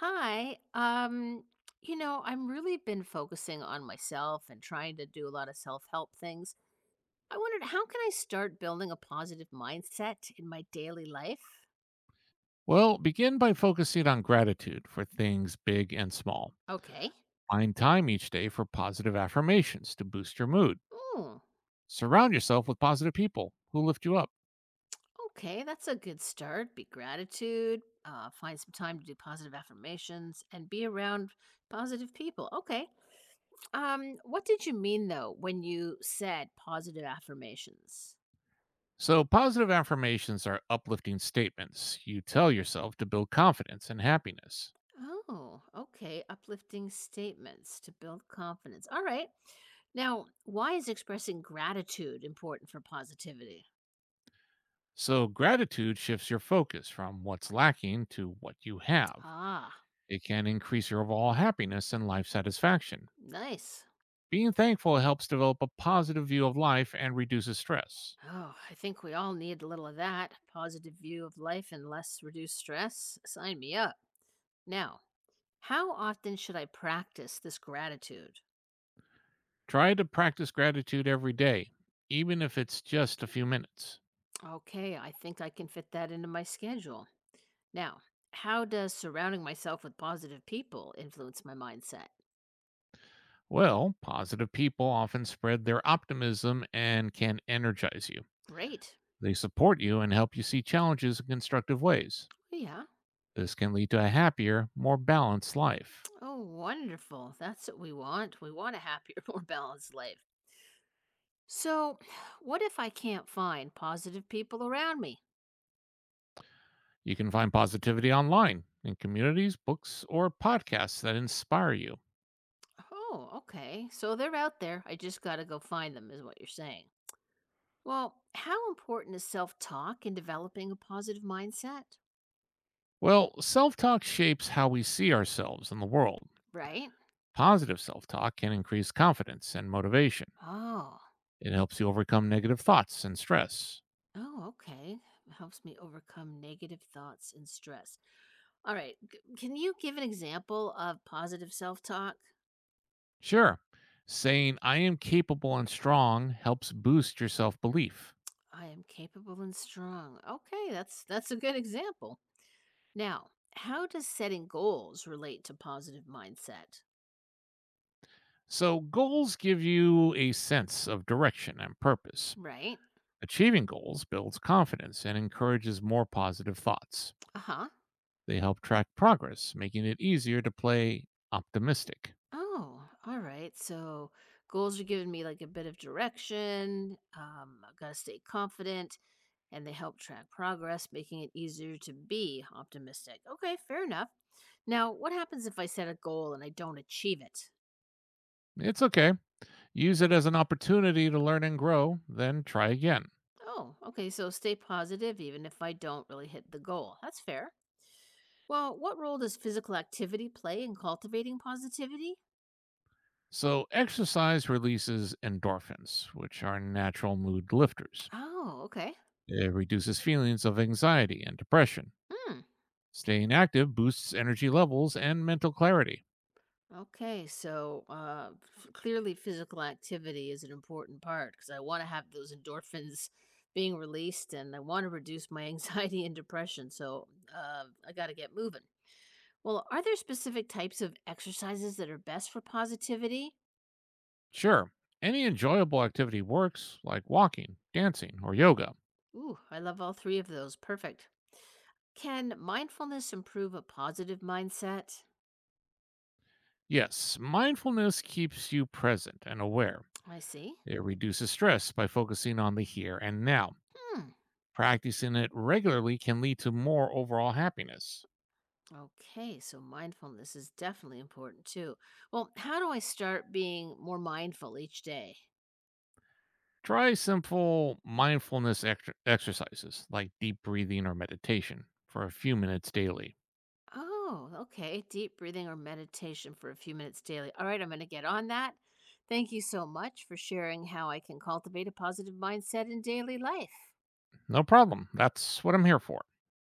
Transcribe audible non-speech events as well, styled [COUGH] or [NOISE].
Hi. I'm really been focusing on myself and trying to do a lot of self-help things. I wondered how can I start building a positive mindset in my daily life? Well, begin by focusing on gratitude for things big and small. Okay. Find time each day for positive affirmations to boost your mood. Mm, Surround yourself with positive people who lift you up. okay, that's a good start. Be gratitude, find some time to do positive affirmations and be around positive people. Okay. What did you mean though when you said positive affirmations? So, positive affirmations are uplifting statements you tell yourself to build confidence and happiness. Oh, okay. Uplifting statements to build confidence. All right. Now, why is expressing gratitude important for positivity? So, gratitude shifts your focus from what's lacking to what you have. Ah, It can increase your overall happiness and life satisfaction. nice. Being thankful helps develop a positive view of life and reduces stress. Oh, I think we all need a little of that positive view of life and less reduced stress. Sign me up. Now, how often should I practice this gratitude? Try to practice gratitude every day, even if it's just a few minutes. Okay, I think I can fit that into my schedule. Now, how does surrounding myself with positive people influence my mindset? Well, positive people often spread their optimism and can energize you. Great. They support you and help you see challenges in constructive ways. Yeah. This can lead to a happier, more balanced life. Oh, wonderful. That's what we want. We want a happier, [LAUGHS] more balanced life. So, [SIGHS] what if I can't find positive people around me? You can find positivity online in communities, books, or podcasts that inspire you. Oh, okay. So they're out there. I just got to go find them, is what you're saying. Well, how important is self talk in developing a positive mindset? Well, self talk shapes how we see ourselves in the world. Right? Positive self talk can increase confidence and motivation. Oh, It helps you overcome negative thoughts and stress. oh, okay. Helps me overcome negative thoughts and stress. All right. Can you give an example of positive self talk? Sure, saying I am capable and strong helps boost your self belief. I am capable and strong. Okay, that's a good example. Now, how does setting goals relate to positive mindset? So, goals give you a sense of direction and purpose. Right? Achieving goals builds confidence and encourages more positive thoughts. Uh-huh. They help track progress, making it easier to play optimistic. Oh, all right. So goals are giving me like a bit of direction. I've got to stay confident and they help track progress, making it easier to be optimistic. Okay, fair enough. Now, what happens if I set a goal and I don't achieve it? It's okay. Use it as an opportunity to learn and grow, then try again. Oh, okay. So stay positive even if I don't really hit the goal. That's fair. Well, what role does physical activity play in cultivating positivity? So, exercise releases endorphins, which are natural mood lifters. Oh, okay. It reduces feelings of anxiety and depression. Hmm. Staying active boosts energy levels and mental clarity. Okay, so clearly physical activity is an important part because I want to have those endorphins being released and I want to reduce my [LAUGHS] anxiety and depression. So I got to get moving. Well, are there specific types of exercises that are best for positivity? Sure, any enjoyable activity works, like walking, dancing, or yoga. Ooh, I love all three of those. Perfect. Can mindfulness improve a positive mindset? Yes, mindfulness keeps you present and aware. I see. It reduces stress by focusing on the here and now. Hmm. Practicing it regularly can lead to more overall happiness. Okay, so mindfulness is definitely important too. Well, how do I start being more mindful each day? Try simple mindfulness exercises like deep breathing or meditation for a few minutes daily. Oh, okay. Deep breathing or meditation for a few minutes daily. All right, I'm going to get on that. Thank you so much for sharing how I can cultivate a positive mindset in daily life. No problem. That's what I'm here for.